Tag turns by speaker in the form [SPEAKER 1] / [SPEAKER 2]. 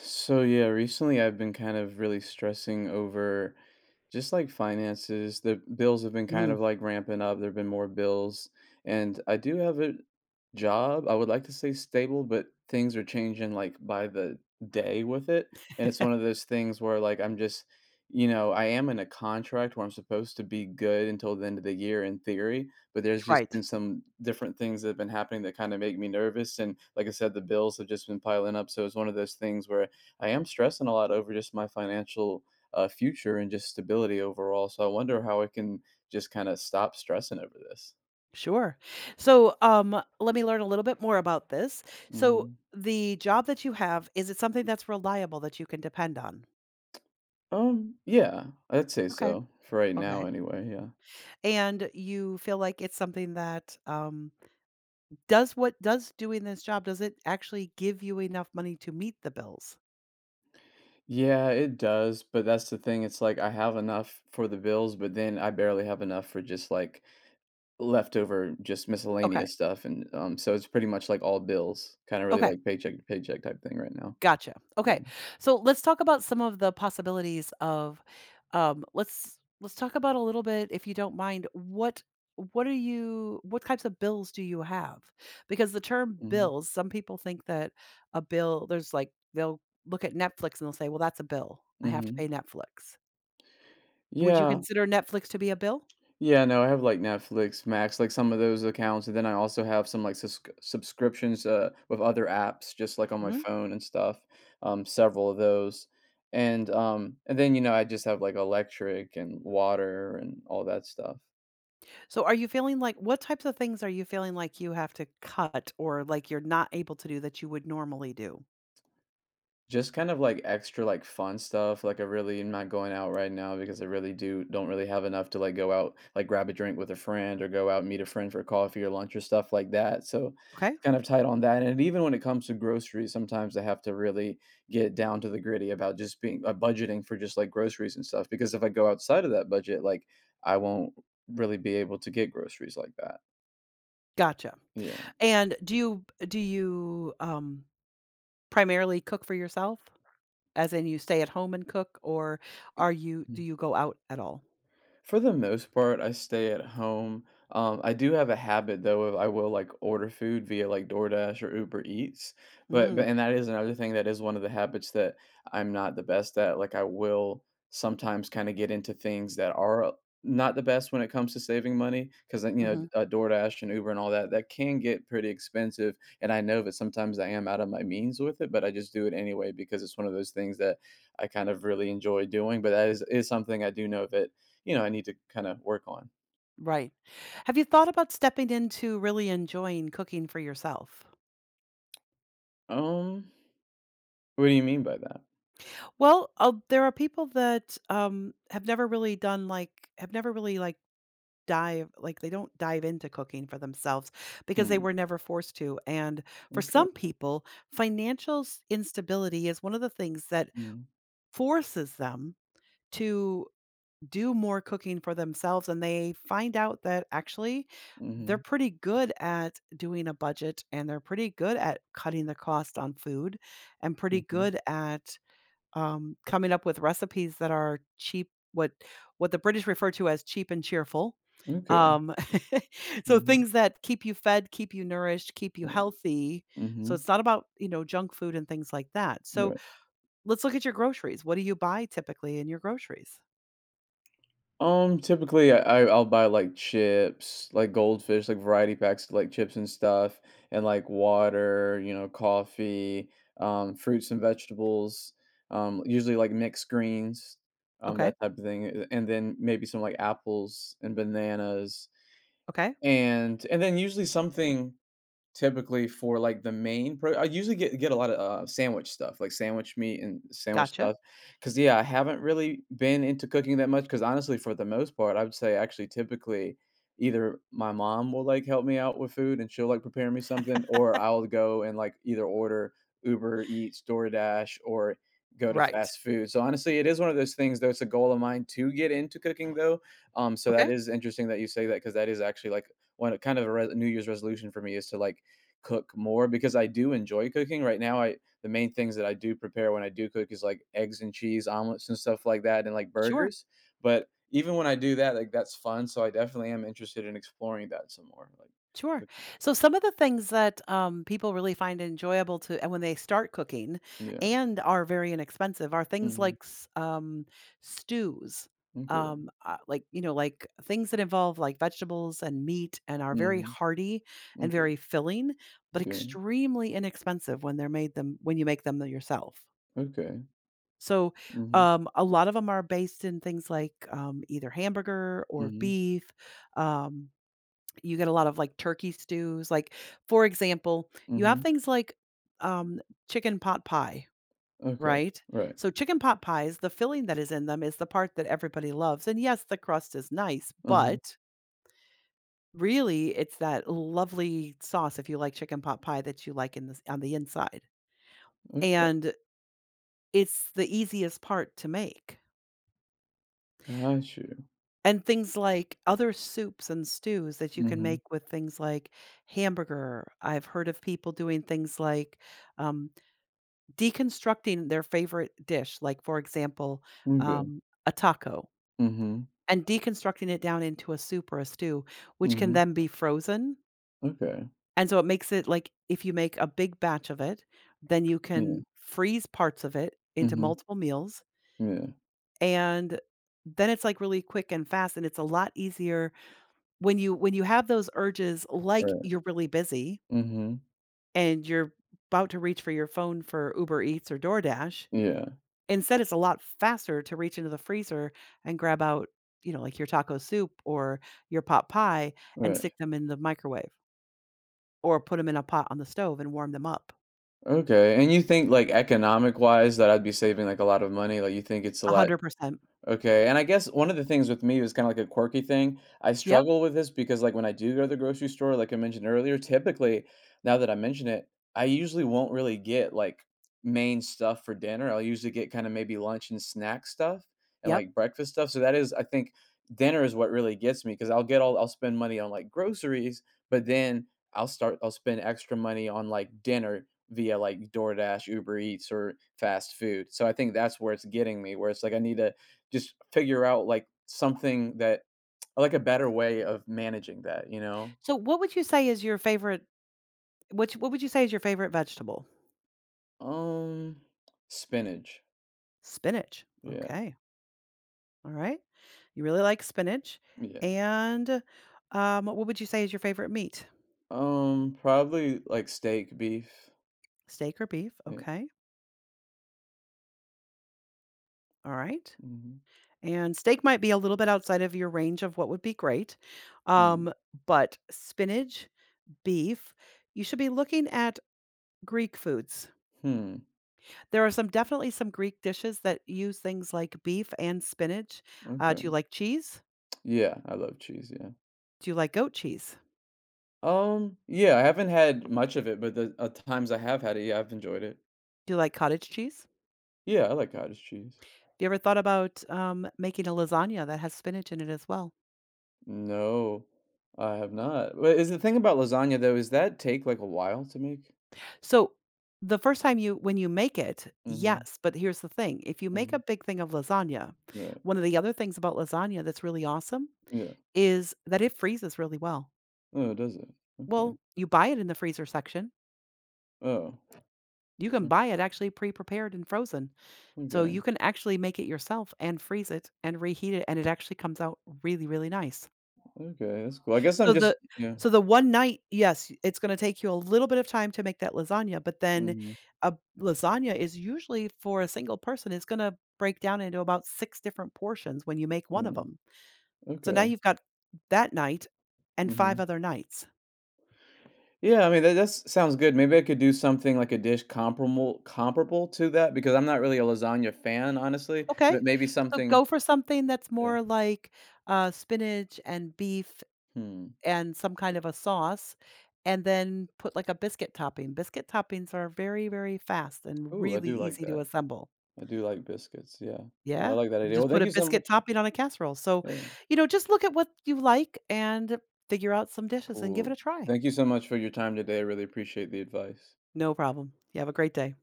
[SPEAKER 1] So yeah, recently I've been kind of really stressing over just like finances. The bills have been kind
[SPEAKER 2] Mm.
[SPEAKER 1] of like ramping up. There've been more bills, and I do have a job. I would like to say stable, but things are changing like by the day with it. And it's one of those things where like I'm just. I am in a contract where I'm supposed to be good until the end of the year in theory, but there's just
[SPEAKER 2] Right.
[SPEAKER 1] been some different things that have been happening that kinda make me nervous, and like I said, the bills have just been piling up, so it's one of those things where I am stressing a lot over just my financial, future and just stability overall, so I wonder how I can just kinda stop stressing over this.
[SPEAKER 2] Sure. So, let me learn a little bit more about this. So,
[SPEAKER 1] Mhm.
[SPEAKER 2] the job that you have, is it something that's reliable that you can depend on?
[SPEAKER 1] Yeah, I'd say
[SPEAKER 2] Okay.
[SPEAKER 1] so, for right now
[SPEAKER 2] Okay.
[SPEAKER 1] anyway, yeah.
[SPEAKER 2] And you feel like it's something that does what does doing this job, does it actually give you enough money to meet the bills?
[SPEAKER 1] Yeah, it does, but that's the thing, it's like I have enough for the bills, but then I barely have enough for just, like, leftover, just
[SPEAKER 2] Okay.
[SPEAKER 1] miscellaneous stuff, and, so it's pretty much, like, all bills, kinda really,
[SPEAKER 2] Okay.
[SPEAKER 1] like, paycheck to paycheck type thing right now.
[SPEAKER 2] Gotcha.
[SPEAKER 1] Yeah.
[SPEAKER 2] Okay. So let's talk about some of the possibilities of let's talk about a little bit if you don't mind what are you what types of bills do you have? Because the term
[SPEAKER 1] Mhm.
[SPEAKER 2] bills, some people think that a bill there's like they'll look at Netflix and they'll say, "Well, that's a bill. I have to pay
[SPEAKER 1] Mhm.
[SPEAKER 2] Netflix." Would you
[SPEAKER 1] Yeah.
[SPEAKER 2] consider Netflix to be a bill?
[SPEAKER 1] Yeah, no, I have, like, Netflix, Max, like, some of those accounts, and then I also have some, like, subscriptions, with other apps just, like, on my
[SPEAKER 2] Mhm.
[SPEAKER 1] phone and stuff, several of those, and then, I just have, like, electric and water and all that stuff.
[SPEAKER 2] So are you feeling like what types of things are you feeling like you have to cut or like you're not able to do that you would normally do?
[SPEAKER 1] Just kind of like extra like fun stuff. Like I really am not going out right now because I really do don't really have enough to like go out, like grab a drink with a friend or go out and meet a friend for coffee or lunch or stuff like that. So
[SPEAKER 2] Okay?
[SPEAKER 1] it's kind of tight on that. And even when it comes to groceries, sometimes I have to really get down to the gritty about just being budgeting for just like groceries and stuff. Because if I go outside of that budget, like I won't really be able to get groceries like that.
[SPEAKER 2] Gotcha.
[SPEAKER 1] Yeah.
[SPEAKER 2] And do you primarily cook for yourself? As in you stay at home and cook, or are you do you go out at all?
[SPEAKER 1] For the most part, I stay at home. I do have a habit though of I will like order food via like DoorDash or Uber Eats,
[SPEAKER 2] Mm,
[SPEAKER 1] but and that is another thing, that is one of the habits that I'm not the best at. Like I will sometimes kind of get into things that are not the best when it comes to saving money because
[SPEAKER 2] mhm,
[SPEAKER 1] DoorDash and Uber and all that, that can get pretty expensive, and I know that sometimes I am out of my means with it, but I just do it anyway because it's one of those things that I kind of really enjoy doing. But that is something I do know that, I need to kind of work on.
[SPEAKER 2] right. Have you thought about stepping into really enjoying cooking for yourself?
[SPEAKER 1] Um, what do you mean by that?
[SPEAKER 2] Well, there are people that, have never really done, like have never really, like, dive like, they don't dive into cooking for themselves because they
[SPEAKER 1] Hmm,
[SPEAKER 2] were never forced to, and for
[SPEAKER 1] okay.
[SPEAKER 2] some people, financial s instability is one of the things that
[SPEAKER 1] Mm,
[SPEAKER 2] forces them to do more cooking for themselves, and they find out that actually they're
[SPEAKER 1] mhm,
[SPEAKER 2] pretty good at doing a budget and they're pretty good at cutting the cost on food and pretty
[SPEAKER 1] mhm,
[SPEAKER 2] good at coming up with recipes that are cheap, what the British refer to as cheap and cheerful.
[SPEAKER 1] okay,
[SPEAKER 2] Um, So
[SPEAKER 1] mhm,
[SPEAKER 2] things that keep you fed, keep you nourished, keep you
[SPEAKER 1] right,
[SPEAKER 2] healthy, so
[SPEAKER 1] mhm,
[SPEAKER 2] it's not about, you know, junk food and things like that. So
[SPEAKER 1] right.
[SPEAKER 2] let's look at your groceries. What do you buy typically in your groceries?
[SPEAKER 1] Typically I'll buy like chips, like Goldfish, like variety packs of like chips and stuff, and like water, you know, coffee, fruits and vegetables, usually like mixed greens,
[SPEAKER 2] Okay.
[SPEAKER 1] that type of thing, and then maybe some like apples and bananas,
[SPEAKER 2] Okay.
[SPEAKER 1] and then usually something. Typically for, like, the main pro I usually get a lot of, sandwich stuff, like sandwich meat and sandwich
[SPEAKER 2] Gotcha.
[SPEAKER 1] stuff. Cause yeah, I haven't really been into cooking that much. Cause honestly, for the most part, I would say actually typically either my mom will, like, help me out with food and she'll, like, prepare me something, or I'll go and, like, either order Uber Eats, DoorDash, or go to
[SPEAKER 2] Right.
[SPEAKER 1] fast food. So, honestly, it is one of those things, though, it's a goal of mine to get into cooking, though, so that
[SPEAKER 2] Okay.
[SPEAKER 1] is interesting that you say that because that is actually, like, one, kind of a re New Year's resolution for me is to, like, cook more because I do enjoy cooking. Right now, I the main things that I do prepare when I do cook is like eggs and cheese, omelets and stuff like that, and like
[SPEAKER 2] Sure.
[SPEAKER 1] burgers. But even when I do that, like that's fun. So I definitely am interested in exploring that some more, like
[SPEAKER 2] Sure.
[SPEAKER 1] cooking.
[SPEAKER 2] So some of the things that people really find enjoyable to, and when they start cooking,
[SPEAKER 1] Yeah.
[SPEAKER 2] and are very inexpensive, are things
[SPEAKER 1] Mhm.
[SPEAKER 2] like stews,
[SPEAKER 1] Okay.
[SPEAKER 2] like, you know, like things that involve like vegetables and meat, and are very
[SPEAKER 1] Mhm.
[SPEAKER 2] hearty and
[SPEAKER 1] Okay.
[SPEAKER 2] very filling, but
[SPEAKER 1] Okay.
[SPEAKER 2] extremely inexpensive when they're made them when you make them yourself.
[SPEAKER 1] Okay.
[SPEAKER 2] So,
[SPEAKER 1] Mhm.
[SPEAKER 2] a lot of them are based in things like, either hamburger or
[SPEAKER 1] Mhm.
[SPEAKER 2] beef. Um, you get a lot of, like, turkey stews. Like, for example, you have
[SPEAKER 1] Mhm.
[SPEAKER 2] things like, um, chicken pot pie,
[SPEAKER 1] Okay.
[SPEAKER 2] right?
[SPEAKER 1] Right.
[SPEAKER 2] So, chicken pot pies, the filling that is in them is the part that everybody loves, and yes, the crust is nice,
[SPEAKER 1] Mhm.
[SPEAKER 2] but really it's that lovely sauce, if you like chicken pot pie, that you like in the on the inside,
[SPEAKER 1] Okay.
[SPEAKER 2] and it's the easiest part to make.
[SPEAKER 1] Got you.
[SPEAKER 2] And things like other soups and stews that you can
[SPEAKER 1] Mhm.
[SPEAKER 2] make with things like hamburger. I've heard of people doing things like, um, deconstructing their favorite dish, like, for example,
[SPEAKER 1] Okay.
[SPEAKER 2] a taco,
[SPEAKER 1] Mhm.
[SPEAKER 2] and deconstructing it down into a soup or a stew, which can
[SPEAKER 1] Mhm.
[SPEAKER 2] then be frozen,
[SPEAKER 1] Okay.
[SPEAKER 2] and so it makes it like, if you make a big batch of it, then you
[SPEAKER 1] Yeah.
[SPEAKER 2] can freeze parts of it into
[SPEAKER 1] Mhm.
[SPEAKER 2] multiple meals,
[SPEAKER 1] Yeah.
[SPEAKER 2] and then it's, like, really quick and fast, and it's a lot easier when you when you have those urges, like
[SPEAKER 1] Right.
[SPEAKER 2] you're really busy
[SPEAKER 1] Mhm.
[SPEAKER 2] and you're about to reach for your phone for Uber Eats or DoorDash.
[SPEAKER 1] Yeah.
[SPEAKER 2] Instead, it's a lot faster to reach into the freezer and grab out, you know, like your taco soup or your pot pie and stick
[SPEAKER 1] Right.
[SPEAKER 2] them in the microwave or put them in a pot on the stove and warm them up.
[SPEAKER 1] Okay. And you think like economic wise that I'd be saving like a lot of money? Like you think it's a lot?
[SPEAKER 2] 100%.
[SPEAKER 1] Okay, and I guess one of the things with me is kinda like a quirky thing. I
[SPEAKER 2] Yep,
[SPEAKER 1] struggle with this because, like, when I do go to the grocery store, like I mentioned earlier, typically, now that I mention it, I usually won't really get, like, main stuff for dinner. I'll usually get kinda maybe lunch and snack stuff and,
[SPEAKER 2] yep.
[SPEAKER 1] like, breakfast stuff. So that is, I think dinner is what really gets me because 'cause I'll get all I'll spend money on, like, groceries, but then I'll spend extra money on, like, dinner via, like, DoorDash, Uber Eats, or fast food. So I think that's where it's getting me, where it's like I need to just figure out, like, something that, like, a better way of managing that, you know?
[SPEAKER 2] So what would you say is your favorite, which what would you say is your favorite vegetable?
[SPEAKER 1] Um, Spinach.
[SPEAKER 2] Spinach.
[SPEAKER 1] Yeah,
[SPEAKER 2] Okay. All right. You really like spinach.
[SPEAKER 1] yeah.
[SPEAKER 2] And what would you say is your favorite meat?
[SPEAKER 1] Probably, like, steak, beef.
[SPEAKER 2] Steak or beef?
[SPEAKER 1] Yeah.
[SPEAKER 2] Okay. All right.
[SPEAKER 1] Mhm.
[SPEAKER 2] And steak might be a little bit outside of your range of what would be great.
[SPEAKER 1] Hmm.
[SPEAKER 2] Um, but spinach, beef, you should be looking at Greek foods.
[SPEAKER 1] Hmm,
[SPEAKER 2] There are some, definitely some Greek dishes that use things like beef and spinach. Do you
[SPEAKER 1] okay.
[SPEAKER 2] like cheese?
[SPEAKER 1] Yeah, I love cheese, yeah.
[SPEAKER 2] Do you like goat cheese?
[SPEAKER 1] Yeah, I haven't had much of it, but the, times I have had it, yeah, I've enjoyed it.
[SPEAKER 2] Do you like cottage cheese?
[SPEAKER 1] Yeah, I like cottage cheese.
[SPEAKER 2] You ever thought about making a lasagna that has spinach in it as well?
[SPEAKER 1] No, I have not. But is the thing about lasagna, though, is that take, like, a while to make?
[SPEAKER 2] So, the first time you when you make it,
[SPEAKER 1] Mhm,
[SPEAKER 2] yes, but here's the thing. If you make a
[SPEAKER 1] mhm,
[SPEAKER 2] big thing of lasagna,
[SPEAKER 1] right.
[SPEAKER 2] one of the other things about lasagna that's really awesome
[SPEAKER 1] Yeah.
[SPEAKER 2] is that it freezes really well.
[SPEAKER 1] Oh, does it?
[SPEAKER 2] Well,
[SPEAKER 1] Okay.
[SPEAKER 2] you buy it in the freezer section.
[SPEAKER 1] Oh.
[SPEAKER 2] You can
[SPEAKER 1] o-
[SPEAKER 2] buy it actually pre-prepared and frozen. So you
[SPEAKER 1] Okay.
[SPEAKER 2] can actually make it yourself and freeze it and reheat it, and it actually comes out really, really nice.
[SPEAKER 1] Okay. That's cool. I guess I'm
[SPEAKER 2] So the
[SPEAKER 1] just, yeah.
[SPEAKER 2] so the one night, yes, it's gonna take you a little bit of time to make that lasagna, but then
[SPEAKER 1] Hmm.
[SPEAKER 2] a lasagna is usually for a single person, it's gonna break down into about 6 different portions when you make one of
[SPEAKER 1] Mm.
[SPEAKER 2] them. So now
[SPEAKER 1] Okay.
[SPEAKER 2] you've got that night and 5
[SPEAKER 1] Hmm.
[SPEAKER 2] other nights.
[SPEAKER 1] Yeah. I mean, that sounds good. Maybe I could do something like a dish comparable to that because I'm not really a lasagna fan, honestly.
[SPEAKER 2] Okay.
[SPEAKER 1] But maybe
[SPEAKER 2] So
[SPEAKER 1] something.
[SPEAKER 2] go for something that's
[SPEAKER 1] Yeah.
[SPEAKER 2] more like, spinach and beef
[SPEAKER 1] Hmm.
[SPEAKER 2] and some kind of a sauce, and then put like a biscuit topping. Biscuit toppings are very, very fast and
[SPEAKER 1] Ooh, I
[SPEAKER 2] really
[SPEAKER 1] do like
[SPEAKER 2] easy to
[SPEAKER 1] that.
[SPEAKER 2] assemble.
[SPEAKER 1] I do like biscuits. Yeah. No, I
[SPEAKER 2] Yeah,
[SPEAKER 1] like that
[SPEAKER 2] you
[SPEAKER 1] idea.
[SPEAKER 2] just
[SPEAKER 1] Well,
[SPEAKER 2] put
[SPEAKER 1] thank
[SPEAKER 2] a
[SPEAKER 1] you so
[SPEAKER 2] biscuit
[SPEAKER 1] much.
[SPEAKER 2] topping on a casserole. So,
[SPEAKER 1] Yeah.
[SPEAKER 2] you know, just look at what you like and figure out some dishes and give it
[SPEAKER 1] Cool.
[SPEAKER 2] a try.
[SPEAKER 1] Thank you so much for your time today. I really appreciate the advice.
[SPEAKER 2] No problem. You have a great day.